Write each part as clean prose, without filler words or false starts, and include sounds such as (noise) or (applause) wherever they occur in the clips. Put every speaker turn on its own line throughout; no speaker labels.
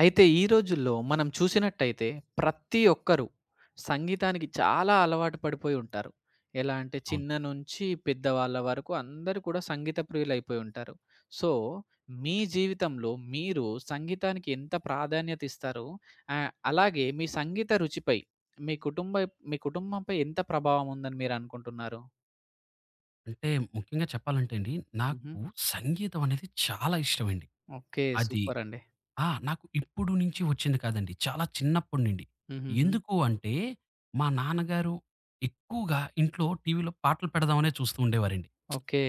అయితే ఈ రోజుల్లో మనం చూసినట్టయితే ప్రతి ఒక్కరు సంగీతానికి చాలా అలవాటు పడిపోయి ఉంటారు. ఎలా అంటే
అవును.
చిన్న నుంచి పెద్దవాళ్ళ వరకు అందరూ కూడా సంగీత ప్రియులైపోయి ఉంటారు. సో, మీ జీవితంలో మీరు సంగీతానికి ఎంత ప్రాధాన్యత ఇస్తారు? అలాగే మీ సంగీత రుచిపై మీ కుటుంబ మీ కుటుంబంపై ఎంత ప్రభావం ఉందని మీరు అనుకుంటున్నారు?
అంటే ముఖ్యంగా చెప్పాలంటే అండి,
హుహు.
నాకు సంగీతం అనేది చాలా ఇష్టమండి.
ఓకే.
అది
సూపర్ అండి.
ఆ! నాకు ఇప్పుడు నుంచి వచ్చింది కాదండి. చాలా చిన్నప్పటి నుండి.
హుహుహు.
ఎందుకు అంటే, మా నాన్నగారు ఎక్కువగా ఇంట్లో టీవీలో పాటలు పెడదామనే చూస్తూ ఉండేవారండి.
ఓకే.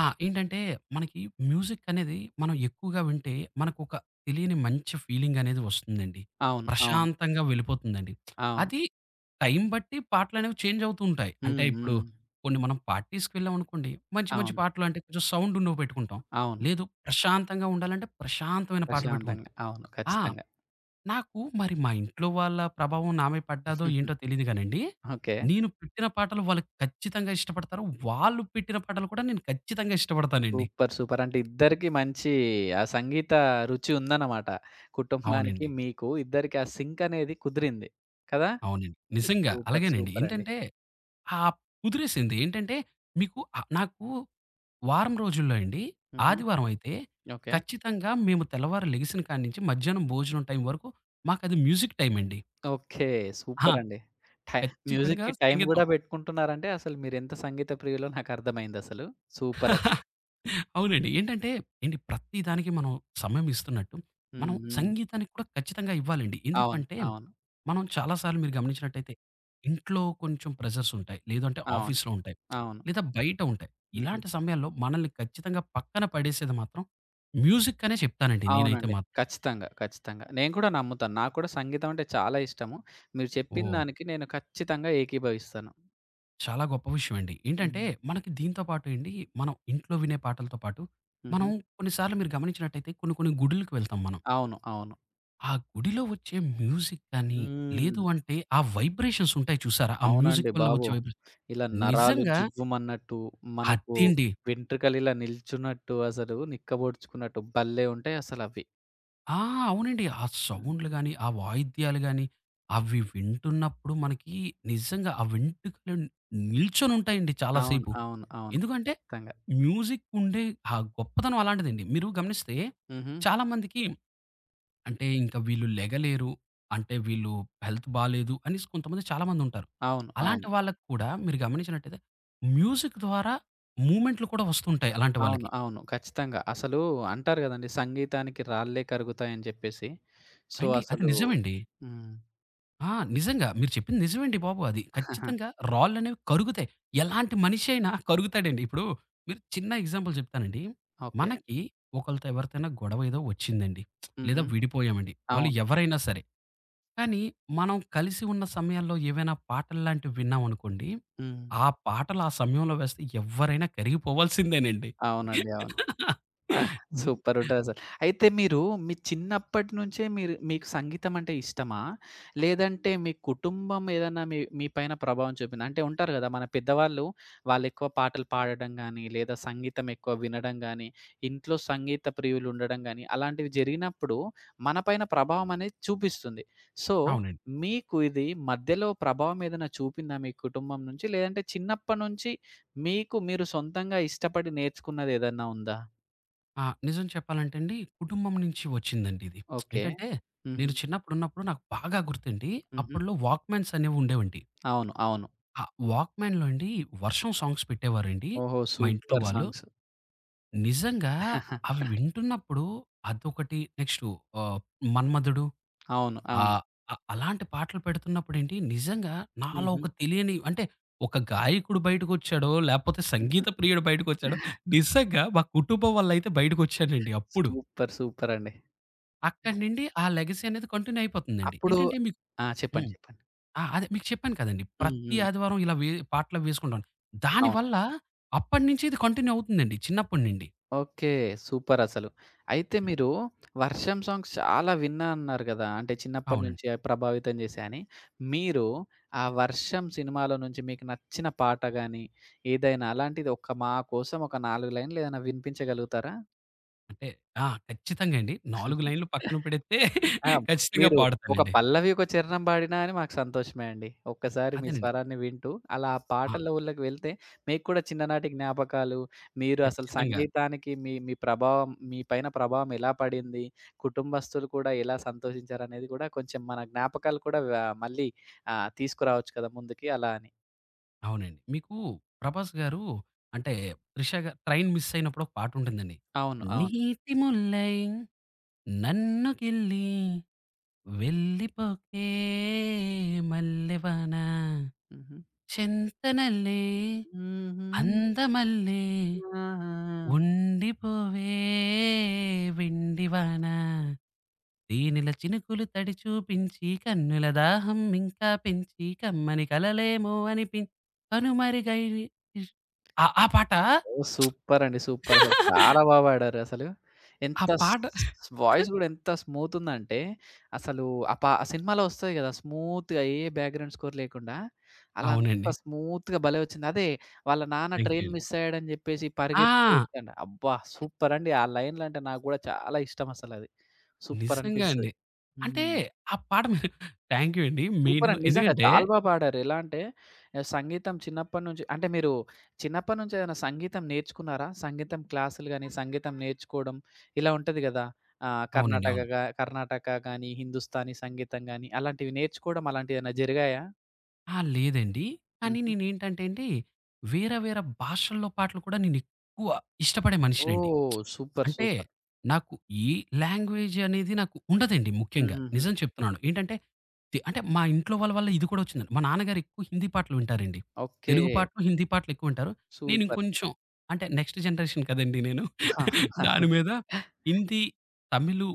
ఆ! ఏంటంటే మనకి మ్యూజిక్ అనేది మనం ఎక్కువగా వింటే మనకొక తెలియని మంచి ఫీలింగ్ అనేది వస్తుందండి.
అవును. అవును.
ప్రశాంతంగా వెళ్ళిపోతుందండి.
అవును.
అది టైం బట్టి పాటలనేవి చేంజ్ అవుతూ ఉంటాయి. అంటే
హ్మ్.
ఇప్పుడు
హ్మ్.
కొన్ని మనం పార్టీస్‌కి వెళ్ళామనుకోండి, మంచి మంచి
అవును.
పాటలు అంటే కొంచెం సౌండ్ ఉన్నవి పెట్టుకుంటాం.
అవును.
లేదు ప్రశాంతంగా ఉండాలంటే ప్రశాంతమైన పాటలు పెట్టుకుంటాం.
ప్రశాంతంగా. అవును.
ఆ!
ఖచ్చితంగా.
నాకు మరి మా ఇంట్లో వాళ్ళ ప్రభావం నా మీద పడ్డాదో ఏంటో
(laughs)
తెలీదు గానండి.
ఓకే.
నేను పెట్టిన పాటలు వాళ్ళు ఖచ్చితంగా ఇష్టపడతారు. వాళ్ళు పెట్టిన పాటలు కూడా నేను ఖచ్చితంగా ఇష్టపడతానండి.
సూపర్. సూపర్. అంటే ఇద్దరికీ మంచి ఆ సంగీత రుచి ఉందన్నమాట. కుటుంబానికి,
అవునండి.
(laughs) మీకు ఇద్దరికి ఆ సింక్ అనేది కుదిరింది. కదా!
అవునండి. నిజంగా
సూపర్. (laughs)
అలాగేనండి.
సూపర్ అండి.
ఏంటంటే ఆ కుదిరేసింది. ఏంటంటే మీకు నాకు వారం రోజుల్లో అండి
హుహు.
ఆదివారం అయితే
ఓకే.
ఖచ్చితంగా మేము తెల్లవారు లెగిసిన కాడి నుంచి మధ్యాహ్నం భోజనం టైం వరకు మాకది మ్యూజిక్ టైమ్ అండి.
ఓకే.
ఆ!
సూపర్ అండి. టై
ఖచ్చితంగా
మ్యూజిక్‌కి టైం
సంగీతం.
గూడా పెట్టుకుంటున్నారంటే అసలు మీరెంత సంగీత ప్రియులో నాకర్థమైందసలు. సూపరసలు.
అవునండి. ఏంటంటే ఏండి ప్రతి దానికి మనం సమయం ఇస్తున్నట్టు, మనం
హ్మ్. హ్మ్.
సంగీతానికి కూడా ఖచ్చితంగా ఇవ్వాలండి.
అవును.
ఎందుకంటే,
అవును.
మనం చాలా సార్లు మీరు గమనించినట్టయితే, ఇంట్లో కొంచెం ప్రెషర్స్ ఉంటాయి. లేదంటే
అవును.
ఆఫీస్‌లో ఉంటాయి.
అవును.
లేదా బయట ఉంటాయి.
హుహు.
ఇలాంటి సమయాల్లో మనల్ని ఖచ్చితంగా పక్కన పడేసేది మాత్రం మ్యూజిక్ అనే చెప్తానండి నేనైతే
అవునండి.
మాత్రం.
ఖచ్చితంగా. ఖచ్చితంగా. నేను కూడా నమ్ముతాను. నాకు కూడా సంగీతం అంటే చాలా ఇష్టము. మీరు చెప్పిన
ఓహ్!
దానికి నేను ఖచ్చితంగా ఏకీభవిస్తాను.
చాలా గొప్ప విషయం అండి. ఏంటంటే,
హ్మ్.
మనకి దీంతో పాటు ఏండి, మనం ఇంట్లో వినే పాటలతో పాటు,
హుహు.
మనం కొన్ని సార్లు మీరు గమనించినట్టయితే కొన్ని కొన్ని గుడులకి వెళ్తాం మనం.
అవును. అవును.
ఆ గుడిలో వచ్చే మ్యూజిక్ కానీ, లేదు
హ్మ్.
అంటే ఆ వైబ్రేషన్స్ ఉంటాయి చూసారా? ఆ
అవునండి
మ్యూజిక్ వల్ల
బాబు.
వచ్చే వైబ్రే
ఇలా నరాలు
నిజంగా
జివ్వుమన్నట్టు, మనకు
అదండి.
వెంట్రుకలు ఇలా నిల్చున్నట్టు, అసలు నిక్కబొడుచుకున్నట్టు భలే ఉంటాయసలవి.
ఆ! అవునండి. ఆ
హ్మ్.
సౌండ్‌లు గాని, ఆ వాయిద్యాలు గాని, అవి వింటున్నప్పుడు మనకి నిజంగా ఆ వెంట్రుకలు నిల్చొనుంటాయండి చాలా
అవును.
సేపు.
అవును. అవును.
ఎందుకంటే
ఖచ్చితంగా.
మ్యూజిక్ ఉండే ఆ గొప్పతనం అలాంటిదండి. మీరు గమనిస్తే
హుహు.
చాలామందికి అంటే ఇంక వీళ్ళు లెగలేరు. అంటే వీళ్ళు హెల్త్ బాలేదు అనేసి కొంతమంది చాలామందుంటారు.
అవును. అవును.
అలాంటి వాళ్ళకి కూడా మీరు గమనించినట్టయితే మ్యూజిక్ ద్వారా మూవ్‌మెంట్లు కూడా వస్తుంటాయి అలాంటి
అవును.
వాళ్ళకి.
అవును. ఖచ్చితంగా. అసలు అంటారు గదండీ! సంగీతానికి రాళ్ళే కరుగుతాయని జెప్పేసి. సో,
అండి అది
అసలు
నిజమండి.
హ్మ్.
ఆ! నిజంగా మీరు చెప్పింది నిజమండి బాబు అది. ఖచ్చితంగా
(laughs)
రాళ్ళనేవి కరుగుతాయి. ఎలాంటి మనిషి అయినా కరుగుతాడండి. ఇప్పుడు మీరు చిన్న ఎగ్జాంపుల్ చెప్తానండి.
ఓకే.
మనకి ఒకళ్ళతో ఎవరితోనా గొడవ ఏదో వచ్చిందండి. లేదా
హుహు.
విడిపోయామండి. వాళ్ళు
అవును.
ఎవరైనా సరే కానీ, మనం కలిసి ఉన్న సమయాల్లో ఏవైనా పాటల్లాంటివి విన్నామనుకోండి,
హ్మ్.
ఆ పాటలు ఆ సమయంలో వేస్తే ఎవ్వరైనా కరిగిపోవాల్సిందేనండి.
అవునండి. అవును. ఆ!
నిజ
సూపర్ ఉంటదసలు. అయితే మీరు మీ చిన్నప్పటి నుంచే మీరు మీకు సంగీతం అంటే ఇష్టమా? లేదంటే మీ కుటుంబం ఏదన్నా మీ మీ పైన ప్రభావం చూపిందా? అంటే ఉంటారు గదా! మన పెద్దవాళ్ళు వాళ్ళెక్కువ పాటలు పాడడం గానీ, లేదా సంగీతం ఎక్కువ వినడం గానీ, ఇంట్లో సంగీత ప్రియులు ఉండడం గానీ, అలాంటివి జరిగినప్పుడు మన పైన ప్రభావం అనేది చూపిస్తుంది. సో,
అవునండి.
మీకు ఇది మధ్యలో ప్రభావం ఏదైనా చూపిందా మీ కుటుంబం నుంచి? లేదంటే చిన్నప్పటి నుంచి మీకు మీరు సొంతంగా ఇష్టపడి నేర్చుకున్నదేదన్నా ఉందా?
ఆ! నిజం చెప్పాలంటే అండి, కుటుంబం నుంచి వచ్చిందండి ఇది.
ఓకే.
ఏంటంటే,
హుహు.
నేను చిన్నప్పుడున్నప్పుడు నాకు బాగా గుర్తండి.
హుహు.
అప్పట్లో వాక్‌మ్యాన్స్ అనేవి ఉండేవండి.
అవును. అవును.
ఆ వాక్‌మ్యాన్‌లో అండి వర్షం సాంగ్స్ పెట్టేవారండి
ఓహో!
మా ఇంట్లో
సూపర్
వాళ్ళు.
సాంగ్స్.
నిజంగా అవి వింటున్నప్పుడు అదొకటి నెక్స్టు ఆహ్, మన్మధుడు
అవును. అవును.
ఆహ్, అలాంటి పాటలు పెడుతున్నప్పుడేంటి నిజంగా నాలో
హుహు.
ఒక తెలియని అంటే ఒక గాయకుడు బయటకొచ్చాడో, లేపోతే సంగీత ప్రియుడు బయటకొచ్చాడో, నిజంగా మా కుటుంబం వల్లైతే బయటకొచ్చానండి అప్పుడు.
సూపర్. సూపర్ అండి.
అక్కడి నుండి ఆ లెగసీ అనేది కంటిన్యూ అయిపోతుందండి.
అప్పుడు
ఏంటంటే మీకు
ఆ! చెప్పండి.
హ్మ్.
చెప్పండి.
ఆ! అదే మీకు చెప్పాను కదండీ!
హ్మ్.
ప్రతి
హ్మ్.
ఆదివారం ఇలా వే పాటలవి వేసుకుంటాను.
అవును.
దానివల్ల అప్పటినుంచి ఇది కంటిన్యూ అవుతుందండి చిన్నప్పటి నుండి.
ఓకే. సూపర్ అసలు. అయితే
హ్మ్.
మీరు వర్షం సాంగ్స్ చాలా విన్నా అన్నారు గదా! అంటే చిన్నప్పటి
అవునండి.
నుంచి అవి ప్రభావితం చేశాయని. మీరు ఆ వర్షం సినిమాలో నుంచి మీకు నచ్చిన పాట గాని, ఏదైనా అలాంటిది ఒక మా కోసం ఒక 4 లైన్‌లు ఏదైనా వినిపించగలుగుతారా?
అంటే ఆ! ఖచ్చితంగా అండి. 4 లైన్‌లు పక్కన పెడితే
ఆ!
(laughs) ఖచ్చితంగా
మీరు ఒక
పాడతానండి.
పల్లవి, ఒక చరణం పాడినా అని మాకు సంతోషమే అండి. ఒక్కసారి మీ
అదేనండి.
స్వరాన్ని వింటూ, అలా ఆ
ఆ!
పాటల ఊర్లోకి వెళ్తే మీకు కూడా చిన్ననాటి జ్ఞాపకాలు, మీరు అసలు
ఖచ్చితంగా.
సంగీతానికి మీ మీ ప్రభావం మీ పైన ప్రభావం ఎలా పడింది, కుటుంబస్తులు కూడా ఎలా సంతోషించారనేది కూడా కొంచెం మన జ్ఞాపకాలు కూడా వ మళ్ళీ తీసుకురావచ్చు కదా ముందుకి అలా అని.
అవునండి. మీకు 'ప్రభాస్' గారు అంటే 'త్రిష' గారు ట్రైన్ మిస్ అయినప్పుడు ఒక పాట ఉంటుందండి.
అవును. అవును.
నీతి ముల్లై నన్ను గిల్లి వెళ్ళిపోకే మల్లెవాన
హుహు.
చెంతనల్లే
హుహు.
అందమల్లే
ఆహా!
ఉండిపోవే వెండివాన. దీనిల చినుకులు తడి చూపించి కన్నుల దాహం ఇంకా పెంచి కమ్మని కలలేమో అనిపిం కనుమరుగై ఇష్ ఆ!
ఓహ్! సూపర్ అండి. సూపర్ అసలు. చాలా బా పాడారు అసలు.
ఆ
ఎంత స్
పాట
వాయిస్ గూడా ఎంత స్మూత్ ఉందంటే, అసలు ఆ సినిమాలో వస్తది గదా! స్మూత్‌గా ఏ బ్యాక్‌గ్రౌండ్ స్కోర్ లేకుండా, అలా అంత
అవునండి.
స్మూత్‌గా భలే వచ్చింది. అదే వాళ్ళ నాన్న
థాంక్
ట్రైన్
యూ అండి.
మిస్ అయ్యాడని జెప్పేసి
ఆ!
పరిగెత్తుతూ వస్తుండు. అబ్బా! సూపర్ అండి. ఆ లైన్‌లంటే నాకు గూడా చాలా ఇష్టం అసలది. సూపర్
నిజంగా
అనిపిస్తది.
అండి. అంటే
హ్మ్.
ఆ పాట మీరు (laughs) థాంక్ యూ అండి. మెయిన్
సూపరండి. నిజంగా
ఎందుకంటే
చాలా బా పాడారు. ఎలా అంటే సంగీతం చిన్నప్పటి నుంచి అంటే మీరు చిన్నప్పటి నుంచి ఏదైనా సంగీతం నేర్చుకున్నారా? సంగీతం క్లాసులు గాని, సంగీతం నేర్చుకోవడం ఇలా ఉంటది గదా! ఆహ్, హ్మ్.
అవునండి. అవును.
కర్ణాటకగా కర్ణాటక గాని, హిందుస్థానీ సంగీతం గాని అలాంటివి నేర్చుకోవడం అలాంటియేమైనా జరిగాయా?
ఆ! లేదండి. కానీ
హుహు.
నేనేంటంటే అండి వేరే వేరే భాషల్లో పాటలు కూడా నేనెక్కువ ఇష్టపడే మనిషినండి.
ఓహ్! సూపర్.
అంటే
సూపర్.
నాకు ఈ లాంగ్వేజ్ అనేది నాకు ఉండదండి ముఖ్యంగా.
హుహుహు.
నిజం చెప్తున్నాను. ఏంటంటే తి అంటే మా ఇంట్లో వాళ్ళ వల్ల ఇది కూడా వచ్చిందండి. మా నాన్నగారు ఎక్కువ హిందీ పాటలు వింటారండి.
ఓకే.
తెలుగు పాటలు, హిందీ పాటలు ఎక్కువ వింటారు. నేను
సూపర్.
ఇంకొంచెం అంటే నెక్స్ట్ జనరేషన్ కదండీ నేను. దాని
(laughs)
మీద హిందీ, తమిళు,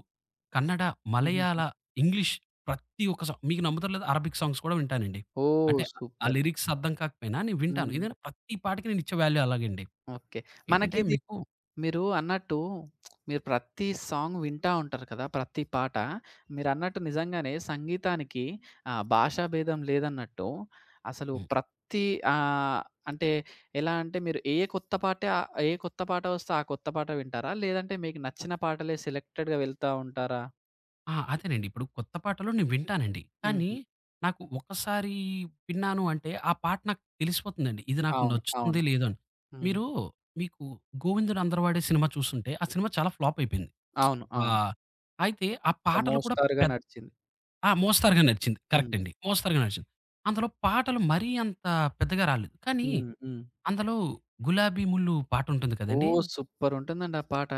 కన్నడ, మలయాళ,
హుహుహు.
ఇంగ్లీష్ ప్రతి ఒక్క సా మీకు నమ్ముతారో లేదో అరబిక్ సాంగ్స్ కూడా వింటానండి.
ఓహ్!
అంటే ఆ
సూపర్.
లిరిక్స్ అర్థం కాకపోయినా నేను వింటాను.
హ్మ్.
ఎందుకంటే ప్రతి పాటకి నేను ఇచ్చే వాల్యూ అలాగండి.
ఓకే.
ఏంటంటే
మనకిది
మీకు
మీరు అన్నట్టు మీరు ప్రతి సాంగ్ వింటా ఉంటారు కదా! ప్రతి పాట. మీరన్నట్టు నిజంగానే సంగీతానికి భాషా భేదం లేదన్నట్టు అసలు ప్రతి ఆహ్, అంటే ఎలా అంటే మీరు ఏ కొత్త పాట వస్తే ఆ కొత్త పాట వింటారా? లేదంటే మీకు నచ్చిన పాటలే సెలెక్టెడ్‌గా వెళ్తా ఉంటారా?
ఆ! అదేనండి. ఇప్పుడు కొత్త పాటలు నేను వింటానండి. కానీ
హుహు.
నాకు ఒక్కసారి విన్నాను అంటే ఆ పాట నాకు తెలిసిపోతుందండి. ఇది నాకు
అవును.
నచ్చుతుంది
అవును.
లేదో అని.
హ్మ్.
మీరు మీకు 'గోవిందుడు అందరవాడే' సినిమా చూసుంటే ఆ సినిమా చాలా ఫ్లాప్ అయిపోయింది.
అవును.
ఆ!
అవును.
అయితే ఆ
ఒక
పాటలు కూడా
మోస్తరుగా
పెద్
నడిచింది.
ఆ! మోస్తరుగా నడిచింది. కరెక్ట్
హ్మ్.
అండి. మోస్తరుగా నడిచింది. అందులో పాటలు మరీ అంత పెద్దగా రాలేదు. కానీ
హ్మ్. హ్మ్.
అందులో 'గులాబీ ముల్లు' పాటుంటుంది కదండీ!
ఓహ్! సూపరుంటుందండి ఆ పాట.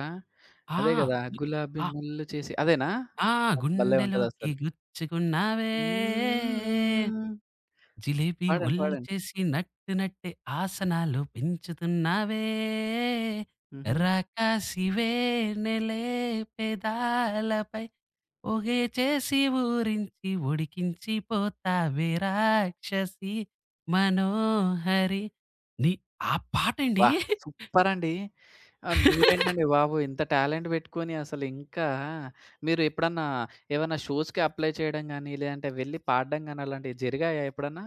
ఆ!
అదే గదా!
ని
గులాబీ
ఆ
ముల్లు చేసి అదేనా?
ఆ!
అది భలే
గుండెలోకి
ఉంటదసలు.
గుచ్చుకున్నావే,
హ్మ్.
జిలేబీ
పాడండి.
ఒళ్ళు
పాడండి.
చేసి నట్టు నట్టే ఆసనాలు పెంచుతున్నావే,
హుహు.
రాకాసివే నెలే పెదాలపై ఒగే చేసి ఊరించి ఉడికించి పోతావే రాక్షసి మనోహరి. నీ ఆ పాటండి.
వాహ్! సూపరండి. మీరేంటండి బాబు ఇంత టాలెంట్ పెట్టుకొని అసలు ఇంకా మీరు ఎప్పుడన్నా ఏవన్నా షోస్‌కి అప్లై చేయడం గాని, లేదంటే వెళ్లి పాడడం గాని అలాంటివి జరిగాయా ఎప్పుడన్నా?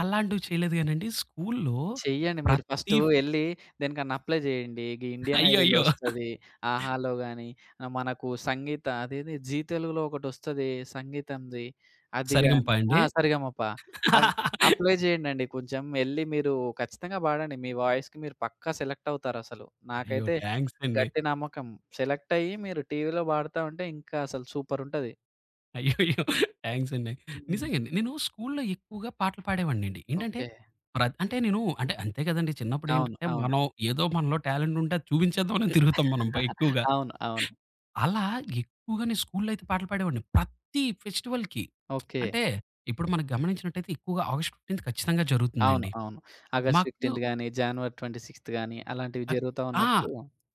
అలాంటివి చేయలేదు గానండి. స్కూల్‌లో
చెయ్యండి మీరు
ప్రతి
ఫస్టు ఎళ్లి దేనికన్నా అప్లై జేయండి. గీ ఇండియన్ ఐడీలో
అయ్యయ్యో!
ఒస్తది. ఆహాలో గాని మనకు సంగీత అదేది జీ తెలుగులో ఒకటొస్తది సంగీతంది. అది గాని
సరిగమపా
ఆ!
అండి?
సరిగమప. అవ్ అప్లై జేయండండి కొంచెం. ఎళ్లి మీరు ఖచ్చితంగా పాడండి. మీ వాయిస్‌కి మీరు పక్కా సెలెక్ట్ అవుతారసలు.
అయ్యో!
నాకైతే
థాంక్స్ అండి.
గట్టి నమ్మకం. సెలెక్ట్ అయ్యి మీరు టీవీలో పాడుతా ఉంటే ఇంకా అసలు సూపరుంటది.
అయ్యయ్యో! థాంక్స్ అండి.
హ్మ్.
నిజంగండి. నేను స్కూల్‌లో ఎక్కువగా పాటలు పాడేవాడినండి. ఏంటంటే,
ఓకే.
ప్ర అంటే నేను అంటే అంతే కదండీ!
అవును.
చిన్నప్పుడేంటంటే,
అవును.
మనం ఏదో మనలో టాలెంట్ ఉంటే అది చూపించేద్దామని తిరుగుతాం మనం పై
(laughs)
ఎక్కువగా.
అవును. అవును.
అలా ఎక్కువగా నేను స్కూల్‌లో అయితే పాటలు పాడేవాడిని. ప్రతి ఫెస్టివల్‌కి.
ఓకే.
అంటే ఇప్పుడు మనం గమనించినట్టయితే ఎక్కువగా ఆగస్ట్ 15 ఖచ్చితంగా
అవును.
జరుగుతుందండి.
అవును. ఆగస్ట్
మాకు
15థ్ గాని, జనవరి 26థ్ గాని అలాంటివి
అక్
జరుగుతా
ఆ!
ఉన్నప్పుడు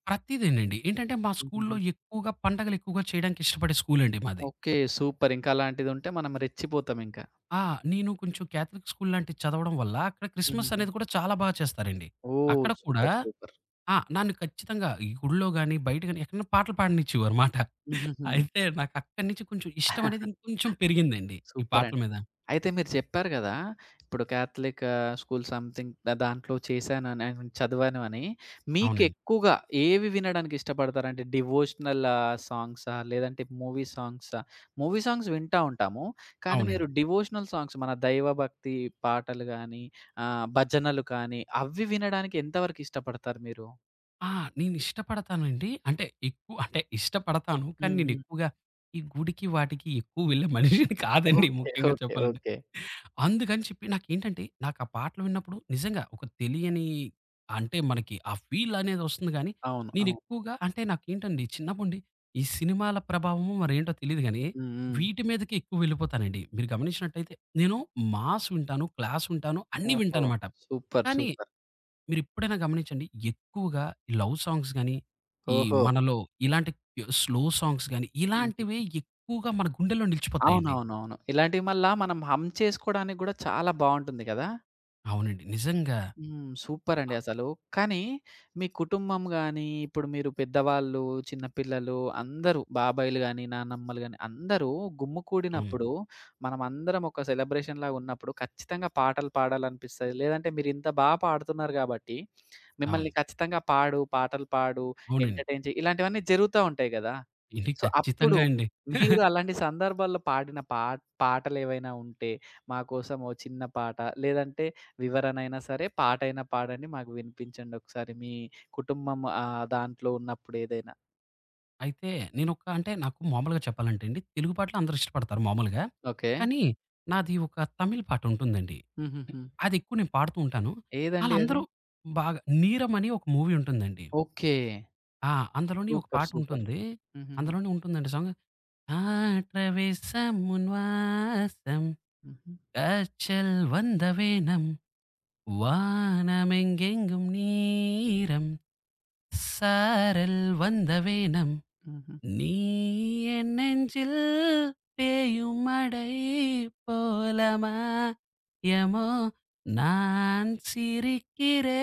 ప్రతీదేనండి. ఏంటంటే, మా స్కూల్‌లో
హుహుహు.
ఎక్కువగా పండగలు ఎక్కువగా చేయడానికి ఇష్టపడే స్కూలండి మాది.
ఓకే. సూపర్. ఇంకా అలాంటిదుంటే మనం రెచ్చిపోతామింకా.
ఆ! నేను కొంచెం కేథలిక్ స్కూల్ లాంటిది చదవడం వల్ల, అక్కడ క్రిస్మస్
హుహుహు.
అనేది కూడా చాలా బా చేస్తారండి.
ఓహ్!
అక్కడ కూడా
సూపర్. సూపర్.
ఆ! నన్ను ఖచ్చితంగా ఈ గుడిలో గాని, బయట గాని ఎక్కడైనా పాటలు పాడనిచ్చేవారు మాట.
హుహుహు.
అయితే నాకు అక్కడి నుంచి కొంచెం ఇష్టం అనేది ఇంకొంచెం పెరిగిందండి. ఈ పాటల
సూపరండి.
మీద.
అయితే మీరు చెప్పారు గదా! ఇప్పుడు క్యాథలిక్ స్కూల్ సంథింగ్ ద దాంట్లో చేశానని, ఐ మీన్ చదివాను అని.
అవునండి.
మీకెక్కువగా ఏవి వినడానికి ఇష్టపడతారంటే డివోషనల్ సాంగ్సా? లేదంటే మూవీ సాంగ్సా? మూవీ సాంగ్స్ వింటా ఉంటాము. కానీ మీరు
అవునండి.
డివోషనల్ సాంగ్స్ మన దైవభక్తి పాటలు గానీ, భజనలు కానీ అవి వినడానికి ఎంతవరకు ఇష్టపడతారు మీరు?
ఆ! నేను ఇష్టపడతానండి. అంటే ఎక్కువ అంటే ఇష్టపడతాను. కానీ
హ్మ్.
నేను
హ్మ్.
ఎక్కువగా ఈ గుడికి వాటికి ఎక్కువ వెళ్ళే మనిషిని కాదండి
ఓకే.
ముఖ్యంగా
ఓకే.
చెప్పాలంటే.
ఓకే.
అందుకని చెప్పి నాకేంటంటే, నాకు ఆ పాటలు విన్నప్పుడు నిజంగా ఒక తెలియని అంటే మనకి ఆ ఫీల్ అనేది వస్తుంది గానీ,
అవును. అవును.
నేనెక్కువగా అంటే నాకేంటండి చిన్నప్పటి ఈ సినిమాల ప్రభావమో మరేంటో తెలీదు గానీ,
హ్మ్. హ్మ్.
వీటి మీదకి ఎక్కువ వెళ్ళిపోతానండి. మీరు గమనించినట్టయితే నేను మాస్ వింటాను, క్లాస్ వింటాను, అన్నీ
ఓహో!
వింటానమాట.
సూపర్.
కానీ
సూపర్.
మీరెప్పుడైనా గమనించండి ఎక్కువగా ఈ లవ్ సాంగ్స్ గానీ, ఈ
ఓహో!
మనలో ఇలాంటి స్లో సాంగ్స్ గానీ,
హుహు.
ఇలాంటివే ఎక్కువగా మన గుండెల్లో నిలిచిపోతాయండి.
అవునవునవును. ఇలాంటివి మళ్ళా మనం హమ్ చేసుకోడానికి గూడా చాలా బావుంటుంది గదా!
అవునండి. నిజంగా.
హ్మ్.
ఆ!
సూపరండి అసలు. కానీ మీ కుటుంబం గాని, ఇప్పుడు మీరు పెద్దవాళ్ళు, చిన్న పిల్లలు అందరూ బాబాయిలు గాని, నానమ్మలు గాని అందరూ
అవును.
గుమ్మికూడినప్పుడు మనమందరం ఒక సెలబ్రేషన్‌లాగా ఉన్నప్పుడు ఖచ్చితంగా పాటలు పాడాలనిపిస్తది. లేదంటే మీరింత బా పాడుతున్నారు గాబట్టి మిమ్మల్ని
అవును.
ఖచ్చితంగా పాడు, పాటలు పాడు,
అవునండి.
ఎంటర్‌టైన్ చెయి ఇలాంటివన్నీ జరుగుతా ఉంటాయి గదా!
ఏంటి
సో, అప్పుడు
ఖచ్చితంగా అండి.
మీరు
(laughs)
అలాంటి సందర్భాల్లో పాడిన పా పాటలేవైనా ఉంటే, మా కోసం ఓ చిన్న పాట లేదంటే వివరణైనా సరే, పాటైనా పాడండి. మాకు వినిపించండి ఒకసారి మీ కుటుంబం దాంట్లో ఉన్నప్పుడు ఏదైనా.
అయితే నేనొక అంటే నాకు మామూలుగా చెప్పాలంటే అండి, తెలుగు పాటలు అందరూ ఇష్టపడతారు మామూలుగా.
ఓకే.
కానీ నాది ఒక తమిళ్ పాటుంటుందండి.
హుహుహు.
అదెక్కువ నేను పాడుతూ ఉంటాను.
ఏదండి అది?
ఆళ్ళందరూ బాగా 'నీరమ్' అని ఒక మూవీ ఉంటుందండి.
ఓకే.
ఆ! అందులోని ఒక
సూపర్. సూపర్.
పాటుంటుంది.
హుహుహు.
అందులోనే ఉంటుందండి సాంగ్. "ఆట్రవేశం ఉన్ వాసం
హుహు.
కాற்றல் வந்தவேனம், வானமெங்கெங்கும் நீரம்." சாரல் வந்த வேனம்
హుహు.
நீ என் நெஞ்சில் பேயும் மடை போலமா யமோ நான் సిరికిరే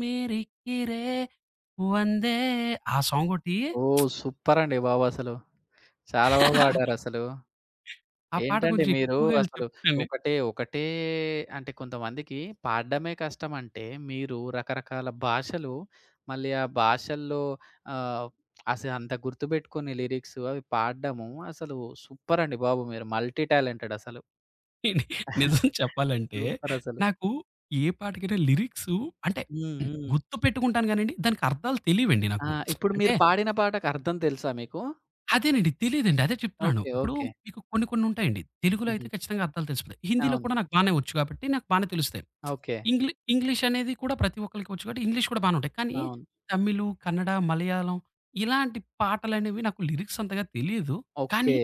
మిరికిరే వందే ఆ సాంగ్ ఒకటి
ఓహ్! సూపర్ అండి బాబు అసలు. చాలా బా పాడారసలు.
ఆ పాట
ఏంటండి
కొంచెం
మీరు
ఎక్కువగా వెళ్ళి
అసలు
చెప్తానండి.
ఒకటే అంటే కొంతమందికి పాడడమే కష్టమంటే, మీరు రకరకాల భాషలు మళ్ళీ ఆ భాషల్లో ఆహ్, అసలు అంత గుర్తుపెట్టుకొని లిరిక్స్ అవి పాడడము అసలు సూపర్ అండి బాబు మీరు. మల్టీ టాలెంటెడ్ అసలు. (laughs)
నిజం చెప్పాలంటే
సూపర్ అసలు.
నాకు ఏ పాటకైనా లిరిక్సు అంటే
హ్మ్. హ్మ్.
గుర్తుపెట్టుకుంటాను గానండి, దానికి అర్థాలు తెలియవండి
ఆ!
నాకు.
ఇప్పుడు
అంటే
మీరు పాడిన పాటకు అర్థం తెలుసా మీకు?
అదేనండి. తెలీదండి. అదే చెప్తున్నాను.
ఓకే.
ఇప్పుడు
ఓకే.
మీకు కొన్ని కొన్ని ఉంటాయండి. తెలుగులో
హుహు.
అయితే ఖచ్చితంగా అర్థాలు తెలిసిపోతాయి. హిందీలో
అవును.
కూడా నాకు బానే వచ్చు కాబట్టి నాకు బానే తెలుస్తాయి.
ఓకే.
ఇంగ్లీష్ అనేది కూడా ప్రతి ఒక్కళ్ళకి వచ్చు కాబట్టి ఇంగ్లీష్ కూడా బానే ఉంటాయి. కానీ
అవును.
తమిళు, కన్నడ, మలయాళం ఇలాంటి పాటలనేవి నాకు లిరిక్స్ అంతగా తెలీదు. కానీ
ఓకే.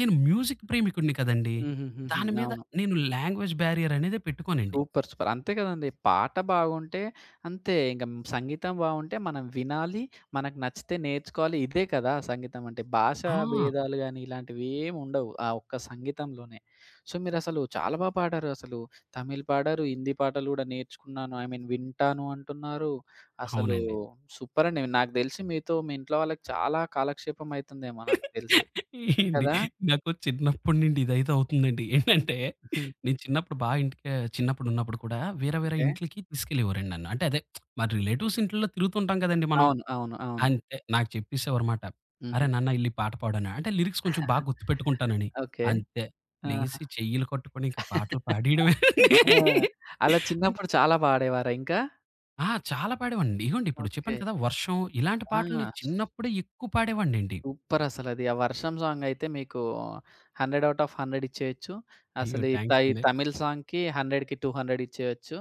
నేను మ్యూజిక్ ప్రేమికుడిని కదండీ!
హుహుహుహు.
దాని మీద
అవును.
నేను లాంగ్వేజ్ బారియర్ అనేది పెట్టుకోనండి.
సూపర్. సూపర్. అంతే కదండీ. పాట బాగుంటే అంతే. ఇంక సంగీతం బాగుంటే మనం వినాలి. మనకు నచ్చితే నేర్చుకోవాలి. ఇదే కదా సంగీతం అంటే. భాషా
ఆ!
భేదాలు గాని ఇలాంటివేమి ఉండవు. ఆ ఒక్క సంగీతంలోనే. సో, మీరసలు చాలా బా పాడారు అసలు. తమిళ్ పాడారు. హిందీ పాటలు గూడా నేర్చుకున్నాను. ఐ మీన్ వింటాను అంటున్నారు. అసలు
అవునండి.
సూపర్ అండి. నాకు దెలిసి మీతో మీ ఇంట్లో వాళ్ళకి చాలా కాలక్షేపం అయితుందేమో నాకు తెలిసి.
ఏండి
కదా!
నాకు చిన్నప్పటి నుండి ఇదైతే అవుతుందండి.
(laughs) హ్మ్.
ఏంటంటే
హ్మ్.
నేను చిన్నప్పుడు బా ఇంటికి చిన్నప్పుడున్నప్పుడు కూడా వేరే వేరే
ఓకే.
ఇంట్లకి తీసుకెళ్ళేవారండి నన్ను. అంటే అదే మా రిలేటివ్స్ ఇంట్లో తిరుగుతుంటాం కదండీ మనం.
అవును. అవును. అవును.
అంతే నాకు చెప్పేసేవారుమాట. "అరే!
హుహు.
నాన్న ఎళ్లి పాట పాడనా" అంటే లిరిక్స్ కొంచెం బాగా
(laughs)
గుర్తుపెట్టుకుంటానని.
ఓకే.
అంతే
ఆహా!
లెగిసి చెయ్యిలు కట్టుకొని ఇంక పాటలు పాడేయడమే.
ఆ! అలా చిన్నప్పుడు చాలా పాడేవారా ఇంకా?
ఆ! చాలా పాడేవాడినండి. ఇగోండి ఇప్పుడు
ఓకే.
చెప్పాను కదా! వర్షం ఇలాంటి
ఆ!
పాటలు నేను చిన్నప్పుడే ఎక్కువ పాడేవాడినండి.
సూపరసలది. ఆ 'వర్షం' సాంగయితే మీకు 100 ఔట్ ఆఫ్ 100 ఇచ్చేయొచ్చు.
అయ్యో!
అసలు ఈ
థాంక్స్
తై
అండి.
(laughs) తమిళ్ సాంగ్‌కి 100కి 200 ఇచ్చేయొచ్చు.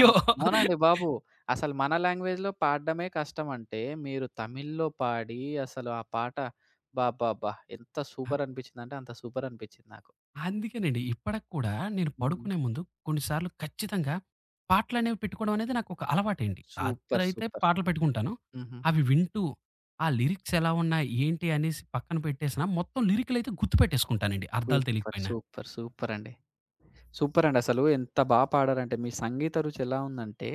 అన్ అవునండి బాబు. అసలు మన లాంగ్వేజ్‌లో పాడడమే కష్టమంటే, మీరు తమిళ్‌లో పాడి అసలు ఆ పాట అబ్బబ్బబ్బా! ఎంత సూపరనిపిచ్చిందంటే అంత సూపరనిపిచ్చింది నాకు.
అందుకేనండి. ఇప్పటికి కూడా నేను
హ్మ్.
పడుకునే ముందు కొన్నిసార్లు ఖచ్చితంగా పాటలనేవి పెట్టుకోవడం అనేది నాకొక అలవాటండి.
సూపర్.
రాత్రయితే
సూపర్.
పాటలు పెట్టుకుంటాను.
హుహు.
అవి వింటూ ఆ లిరిక్స్ ఎలా ఉన్నాయి, ఏంటి అనేసి పక్కన పెట్టేసినా మొత్తం లిరిక్‌లయితే గుర్తుపెట్టేసుకుంటానండి అర్థాలు
సూపర్.
తెలియకపోయినా.
సూపర్. సూపరండి. సూపరండి. అసలు ఎంత బా పాడారంటే, మీ సంగీత రుచి ఎలా ఉందంటే,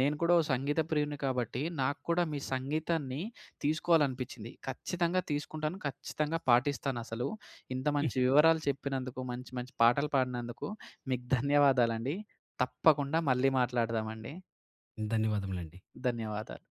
నేను కూడా ఓ సంగీత ప్రియుడిని కాబట్టి, నాకు కూడా మీ సంగీతాన్ని తీసుకోవాలనిపిచ్చింది. ఖచ్చితంగా తీసుకుంటాను. ఖచ్చితంగా పాటిస్తానసలు. ఇంత మంచి
(laughs)
వివరాలు చెప్పినందుకు, మంచి మంచి పాటలు పాడినందుకు మీకు ధన్యవాదాలండి. తప్పకుండా మళ్ళీ మాట్లాడదామండి.
ధన్యవాదములండి.
ధన్యవాదాలు.